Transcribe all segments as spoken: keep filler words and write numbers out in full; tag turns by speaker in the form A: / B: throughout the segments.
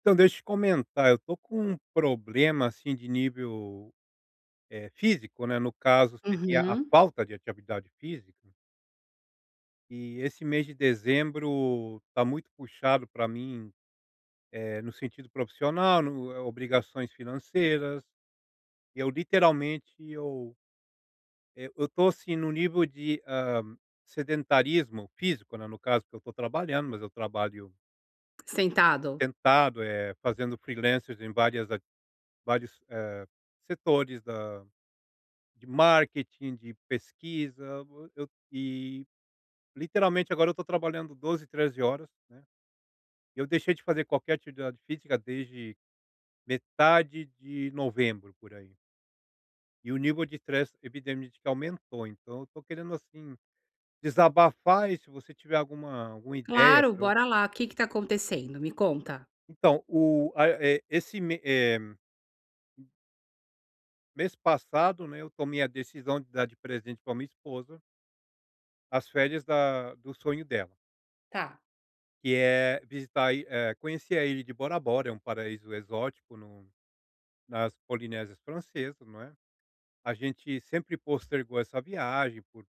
A: Então, deixa eu te comentar, eu tô com um problema, assim, de nível, eh, físico, né, no caso seria a
B: Uhum.
A: falta de atividade física, e esse mês de dezembro tá muito puxado para mim, eh, no sentido profissional, no eh, obrigações financeiras, eu literalmente eu eu eu tô, assim, no nível de, hã, sedentarismo físico, né, no caso que eu tô trabalhando, mas eu trabalho
B: Sentado?
A: sentado, eh, fazendo freelancers em várias a vários, eh, setores da De marketing, de pesquisa, o eu e literalmente agora eu estou trabalhando doze, treze horas, né. Eu deixei de fazer qualquer atividade física desde metade de novembro, por aí. E o nível de estresse evidentemente que aumentou, então eu estou querendo, assim, desabafar e se você tiver alguma alguma ideia
B: Claro,
A: para. Eu
B: bora lá. O que que tá acontecendo? Me conta.
A: então, o a eh, esse me eh, Mês passado, né, eu tomei a decisão de dar de presente para minha esposa as férias da do sonho dela.
B: Tá.
A: Que é visitar i eh, conhecer a ilha de Bora Bora, é um paraíso exótico no nas Polinésias Francesas, não é. A gente sempre postergou essa viagem por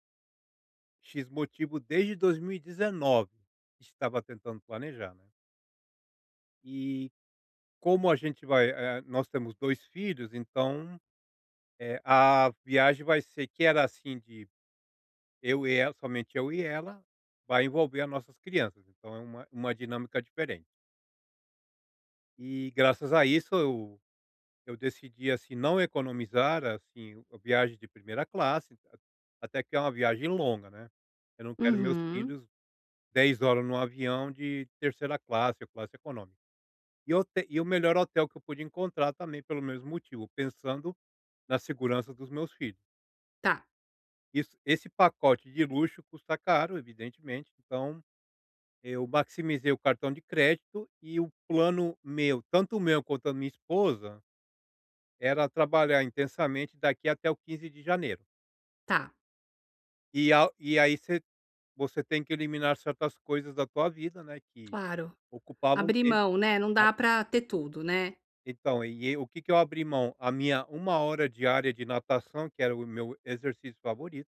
A: "X" motivo desde dois mil e dezenove, estava tentando planejar, né. E como a gente vai eh, nós temos dois filhos, então, eh, a viagem vai ser que era assim de eu e ela, somente eu e ela, vai envolver as nossas crianças, então é uma uma dinâmica diferente. E graças a isso eu decidi, assim, não economizar, assim, o- a viagem de primeira classe, a até que é uma viagem longa, né. Eu não quero meus
B: Uhum.
A: filhos dez horas no avião de terceira classe ou classe econômica. E o te e o melhor hotel que eu pude encontrar também pelo mesmo motivo, pensando na segurança dos meus filhos.
B: Tá,
A: Isso, esse pacote de luxo custa caro, evidentemente, então eu maximizei o cartão de crédito e o plano meu, tanto o meu quanto a minha esposa, era trabalhar intensamente daqui até o quinze de janeiro.
B: tá.
A: E ao e aí você você tem que eliminar certas coisas da tua vida, né, que
B: Claro.
A: ocupavam
B: Abrir
A: tempo.
B: mão, né, não
A: Né?
B: dá pra ter tudo, né.
A: Então, e e o que que eu abri mão? A minha uma hora diária de natação, que era o meu exercício favorito,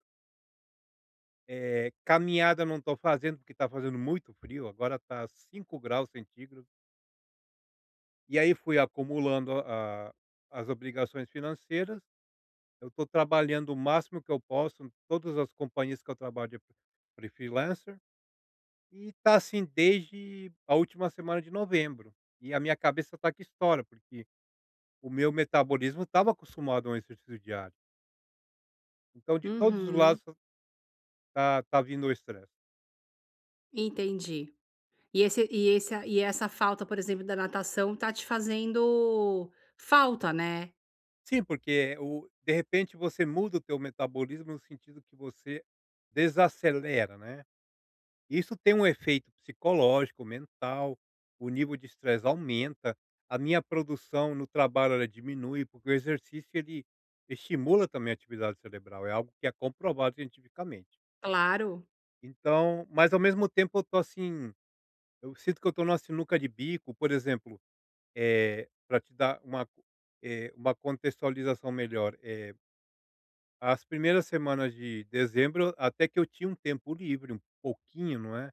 A: é caminhada não estou fazendo, porque está fazendo muito frio, agora está cinco graus centígrados. E aí fui acumulando a as obrigações financeiras. Eu estou trabalhando o máximo que eu posso, todas as companhias que eu trabalho de fre freelancer, e tá assim desde a última semana de novembro. E a minha cabeça tá que estoura, porque o meu metabolismo estava acostumado a um exercício diário. Então de todos os
B: Uhum.
A: lados tá tá tá vindo o estresse.
B: Entendi. E esse e esse e essa falta, por exemplo, da natação tá te fazendo falta, né.
A: Sim, porque o de repente você muda o teu metabolismo no sentido que você desacelera, né. Isso tem um efeito psicológico, mental, o nível de estresse aumenta, a minha produção no trabalho, ela diminui, porque o exercício ele estimula também a atividade cerebral, é algo que é comprovado cientificamente.
B: Claro.
A: Então, mas ao mesmo tempo eu tô assim, eu sinto que eu tô numa sinuca de bico, por exemplo, eh, pra te dar uma co eh, uma contextualização melhor, eh, as primeiras semanas de dezembro até que eu tinha um tempo livre, um pouquinho, não é?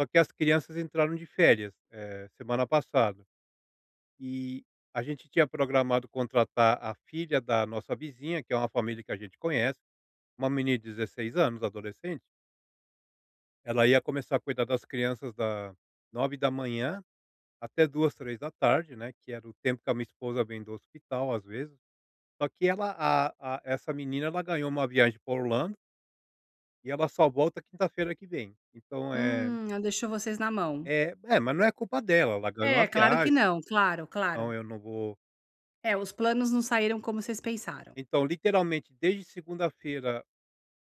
A: Só que as crianças entraram de férias, eh, semana passada, e a gente tinha programado contratar a filha da nossa vizinha, que é uma família que a gente conhece, uma menina de dezesseis anos, adolescente. Ela ia começar a cuidar das crianças da nove da manhã até duas três da tarde, né, que era o tempo que a minha esposa vem do hospital, às vezes. Só que ela, a a essa menina, ela ganhou uma viagem para Orlando e ela só volta quinta-feira que vem. Então, é,
B: Hum, ela deixou vocês na mão.
A: é, é, mas não é culpa dela, ela ganhou
B: É,
A: a
B: claro que
A: viagem,
B: não. Claro, claro.
A: então eu não vou.
B: É, os planos não saíram como vocês pensaram.
A: Então, literalmente desde segunda-feira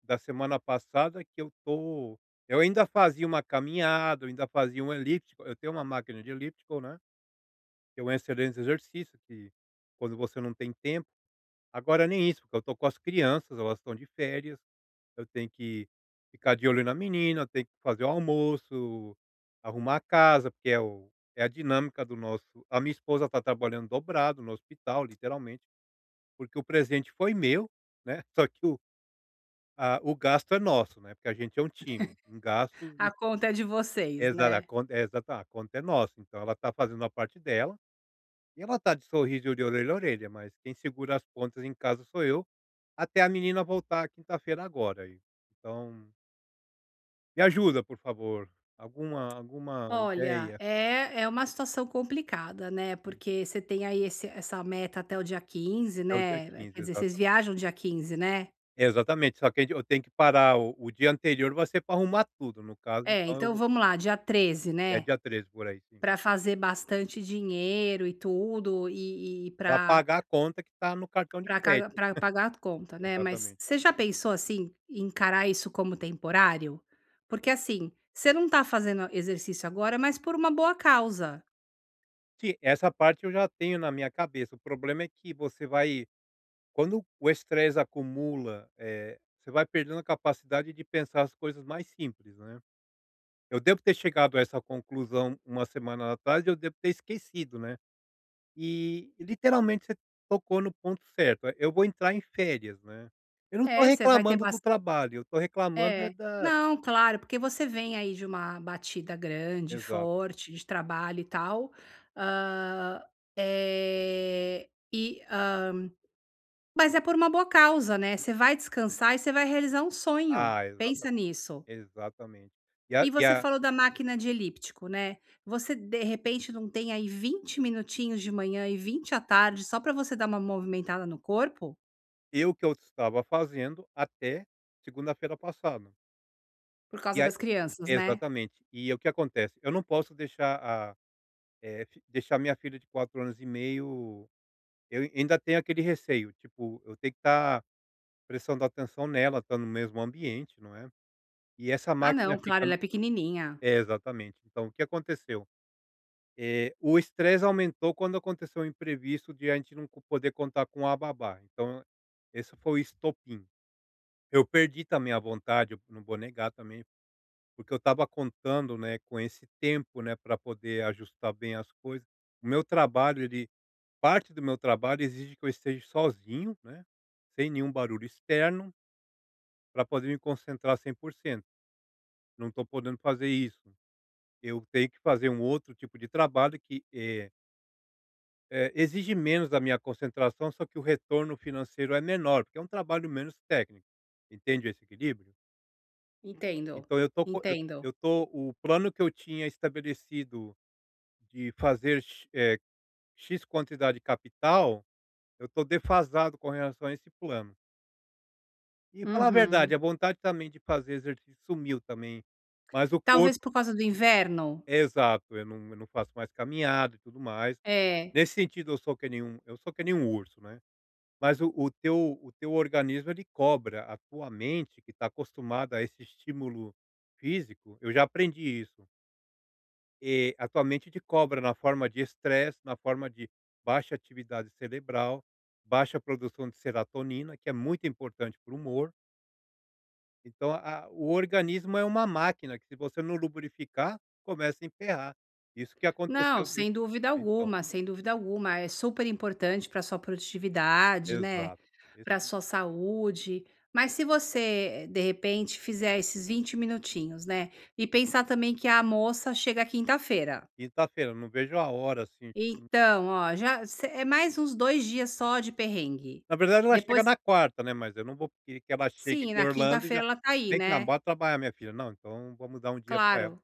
A: da semana passada que eu tô eu ainda fazia uma caminhada, eu ainda fazia um elíptico, eu tenho uma máquina de elíptico, né, que é um excelente exercício que quando você não tem tempo, agora nem isso, porque eu tô com as crianças, elas estão de férias, eu tenho que ficar de olho na menina, eu tenho que fazer o almoço, arrumar a casa, porque é o é a dinâmica do nosso, a minha esposa está trabalhando dobrado no hospital, literalmente, porque o presente foi meu, né, só que... Ah, o gasto é nosso, né, porque a gente é um time, em gastos
B: A
A: e
B: conta é de vocês,
A: exato, a
B: né.
A: conta é, exato, a conta é nossa, então ela está fazendo a parte dela, e ela está de sorriso de orelha a orelha, mas quem segura as pontas em casa sou eu, até a menina voltar quinta-feira agora aí. Então, me ajuda por favor, alguma alguma
B: Olha,
A: ideia,
B: é é uma situação complicada, né,
A: sim.
B: porque você tem aí esse essa meta até o dia quinze,
A: É o dia
B: né,
A: quinze,
B: quer dizer, vocês
A: exata
B: viajam dia quinze, né?
A: exatamente, só que a gente eu tenho que parar o o dia anterior vai ser pra arrumar tudo, no caso,
B: É,
A: então eu
B: então
A: vou,
B: vamos lá, dia treze,
A: é
B: né,
A: dia treze por aí, sim.
B: para fazer bastante dinheiro e tudo, e e
A: Pra
B: para
A: pagar a conta que está no cartão de crédito.
B: pra pagar a conta, né, mas
A: Exatamente.
B: você já pensou, assim, em encarar isso como temporário? Porque, assim, você não tá fazendo exercício agora, mas por uma boa causa.
A: Sim, essa parte eu já tenho na minha cabeça, o problema é que você vai quando o estresse acumula, eh, você vai perdendo a capacidade de pensar as coisas mais simples, né. Eu devo ter chegado a essa conclusão uma semana atrás e eu devo ter esquecido, né. E literalmente você tocou no ponto certo, é, eu vou entrar em férias, né. Eu não estou
B: É, você vai ter
A: reclamando do
B: bas
A: trabalho, eu estou reclamando é
B: É.
A: da,
B: Não, claro, porque você vem aí de uma batida grande,
A: exato.
B: forte, de trabalho e tal, ah, é e, hã, mas é por uma boa causa, né, você vai descansar e você vai realizar um sonho,
A: Ah,
B: pensa
A: exatamente,
B: nisso.
A: exatamente. E a
B: E
A: e
B: você
A: a
B: falou da máquina de elíptico, né, você de repente não tem aí vinte minutinhos de manhã e vinte à tarde só para você dar uma movimentada no corpo?
A: eu que eu estava fazendo até segunda-feira passada.
B: Por
A: E
B: causa
A: aí
B: das crianças, né.
A: exatamente. E o que acontece, eu não posso deixar a eh, fi deixar minha filha de quatro anos e meio, eu ainda tenho aquele receio, tipo, eu tenho que estar prestando atenção nela, estar no mesmo ambiente, não é. E essa
B: Ah
A: máquina
B: não, claro,
A: fica
B: ela
A: no...
B: é pequenininha.
A: é, exatamente. Então o que aconteceu, eh, o estresse aumentou quando aconteceu o imprevisto de a gente não co poder contar com a babá, então esse foi o estopim. Eu perdi também a vontade, eu não vou negar também, porque eu estava contando, né, com esse tempo, né, para poder ajustar bem as coisas. O meu trabalho, ele parte do meu trabalho exige que eu esteja sozinho, né, sem nenhum barulho externo, para poder me concentrar cem por cento. Não estou podendo fazer isso. Eu tenho que fazer um outro tipo de trabalho que, eh eh, exige menos da minha concentração, só que o retorno financeiro é menor, porque é um trabalho menos técnico. Entende esse equilíbrio?
B: Entendo,
A: Então eu tô co eu
B: entendo.
A: eu tô o plano que eu tinha estabelecido, de fazer x eh, X quantidade de capital, eu estou defasado com relação a esse plano. E falar a
B: Uhum.
A: verdade, a vontade também de fazer exercício sumiu também, mas o
B: Talvez
A: corpo
B: por causa do inverno?
A: é, exato, eu não eu não faço mais caminhada e tudo mais.
B: É.
A: Nesse sentido eu sou que nem um eu sou que nem um urso, né. Mas o o teu o teu organismo ele cobra, a tua mente que está acostumada a esse estímulo físico, eu já aprendi isso. Eh, a tua mente te cobra na forma de estresse, na forma de baixa atividade cerebral, baixa produção de serotonina, que é muito importante para o humor. Então, a o organismo é uma máquina que se você não lubrificar, começa a emperrar. Isso que
B: Não,
A: aconteceu desde
B: sem dúvida
A: então,
B: alguma, sem dúvida alguma. É super importante para sua produtividade, né,
A: exato.
B: para
A: Isso,
B: sua saúde. Mas se você, de repente, fizer esses vinte minutinhos, né, e pensar também que a moça chega quinta-feira.
A: quinta-feira, eu não vejo a hora, assim, tipo,
B: Então, ó, já se é mais uns dois dias só de perrengue.
A: na verdade ela chega
B: Depois
A: na quarta, né, mas eu não vou querer que ela chegue
B: sim,
A: de
B: na
A: Orlando e já:
B: quinta-feira ela tá aí,
A: "Vem cá,
B: né.
A: bora trabalhar minha filha". Não, então vamos dar um dia para ela.
B: Claro.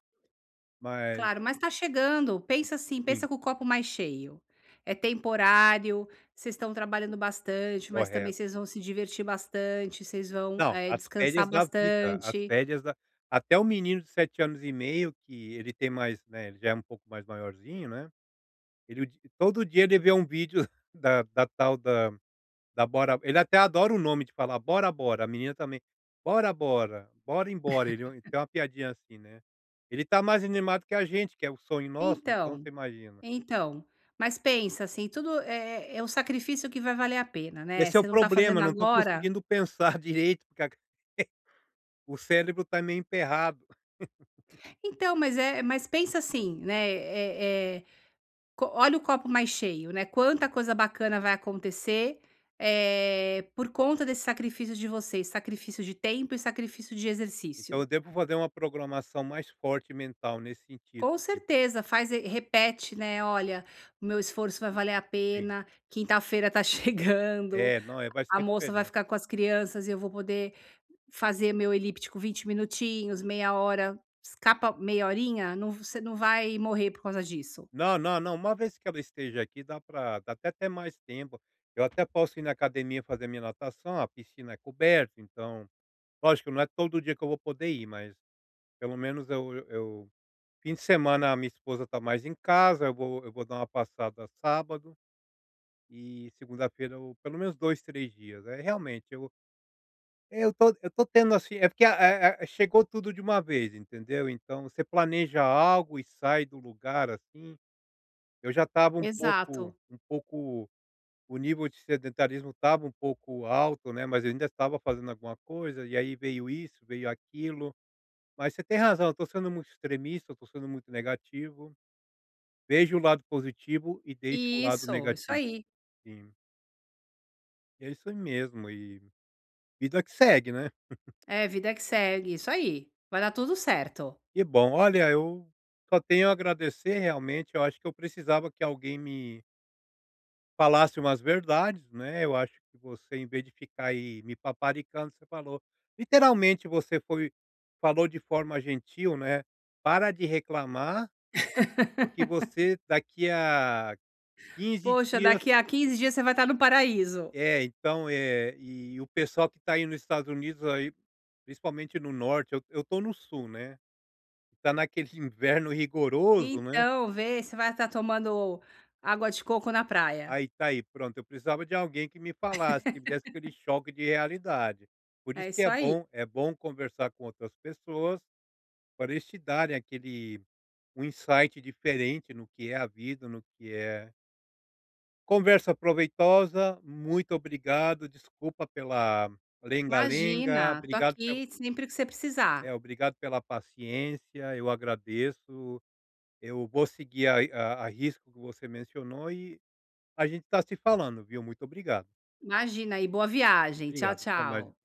A: Mas
B: Claro, mas tá chegando. Pensa assim,
A: sim,
B: pensa com o copo mais cheio. É temporário, vocês estão trabalhando bastante, mas também
A: correto.
B: vocês vão se divertir bastante, vocês vão,
A: Não,
B: eh,
A: as
B: descansar
A: férias da vida, as
B: bastante.
A: férias da... até o menino de sete anos e meio, que ele tem mais, né, ele já é um pouco mais maiorzinho, né, ele o di todo dia ele vê um vídeo da da tal da da Bora, ele até adora o nome de falar Bora Bora, a menina também, Bora Bora, bora embora, ele ele tem uma piadinha assim, né. Ele tá mais animado que a gente, que é o sonho nosso, então
B: Então,
A: você imagina.
B: então, mas pensa assim, tudo é é é um sacrifício que vai valer a pena, né.
A: Esse é o
B: Você não tá
A: problema,
B: fazendo
A: eu não tô
B: agora
A: conseguindo pensar direito porque a o cérebro tá meio emperrado.
B: então, mas é mas pensa assim, né, eh Co olha o copo mais cheio, né, quanta coisa bacana vai acontecer, eh, por conta desse sacrifício de vocês, sacrifício de tempo e sacrifício de
A: Então
B: exercício.
A: eu devo fazer uma programação mais forte mental nesse sentido,
B: Com
A: tipo,
B: certeza, faz e repete, né, "Olha, o meu esforço vai valer a
A: sim.
B: pena, quinta-feira tá chegando,
A: É, não, é vai
B: a
A: ser a
B: moça vai
A: diferença.
B: ficar com as crianças e eu vou poder fazer meu elíptico vinte minutinhos, meia hora, escapa meia horinha, não você não vai morrer por causa disso".
A: Não, não, não, uma vez que ela esteja aqui dá para, dá até ter mais tempo. Eu até posso ir na academia fazer minha natação, a piscina é coberta, então lógico, não é todo dia que eu vou poder ir, mas pelo menos eu eu eu fim de semana a minha esposa está mais em casa, eu vou eu vou dar uma passada sábado e segunda-feira eu pelo menos dois três dias. É, realmente eu... é, eu tô eu tô tendo, assim, é porque, eh eh, chegou tudo de uma vez, entendeu. Então você planeja algo e sai do lugar, assim. Eu já estava um pouco
B: Exato.
A: um pouco o nível de sedentarismo estava um pouco alto, né, mas eu ainda estava fazendo alguma coisa, e aí veio isso, veio aquilo. Mas você tem razão, eu tô sendo muito extremista, eu tô sendo muito negativo. Vejo o lado positivo e deixo o lado
B: Isso, isso
A: negativo,
B: aí.
A: sim. É isso mesmo e vida que segue, né.
B: É, vida que segue, isso aí. Vai dar tudo certo.
A: Que bom. Olha, eu só tenho a agradecer realmente, eu acho que eu precisava que alguém me falasse umas verdades, né, eu acho que você, em vez de ficar aí me paparicando, você falou, literalmente você foi, falou de forma gentil, né, "Para de reclamar, porque você daqui a quinze
B: Poxa,
A: dias"
B: daqui a quinze dias você vai estar no paraíso.
A: É, então, é, e o pessoal que está aí nos Estados Unidos aí, principalmente no norte, eu eu estou no sul, né, está naquele inverno rigoroso, né.
B: Então, vê, você vai estar tomando água de coco na praia.
A: Aí tá aí, pronto, eu precisava de alguém que me falasse, que me desse aquele choque de realidade. Por
B: É
A: isso que
B: isso
A: é
B: aí.
A: bom é bom conversar com outras pessoas, para eles te darem aquele um insight diferente no que é a vida, no que é conversa proveitosa, muito obrigado, desculpa pela lenga-lenga,
B: Imagina, tô
A: obrigado pela...
B: aqui sempre que você precisar.
A: é, obrigado pela paciência, eu agradeço, eu vou seguir a a a risco que você mencionou e a gente está se falando, viu. Muito obrigado.
B: Imagina, e boa viagem. Tchau,
A: Obrigado, até mais.
B: tchau.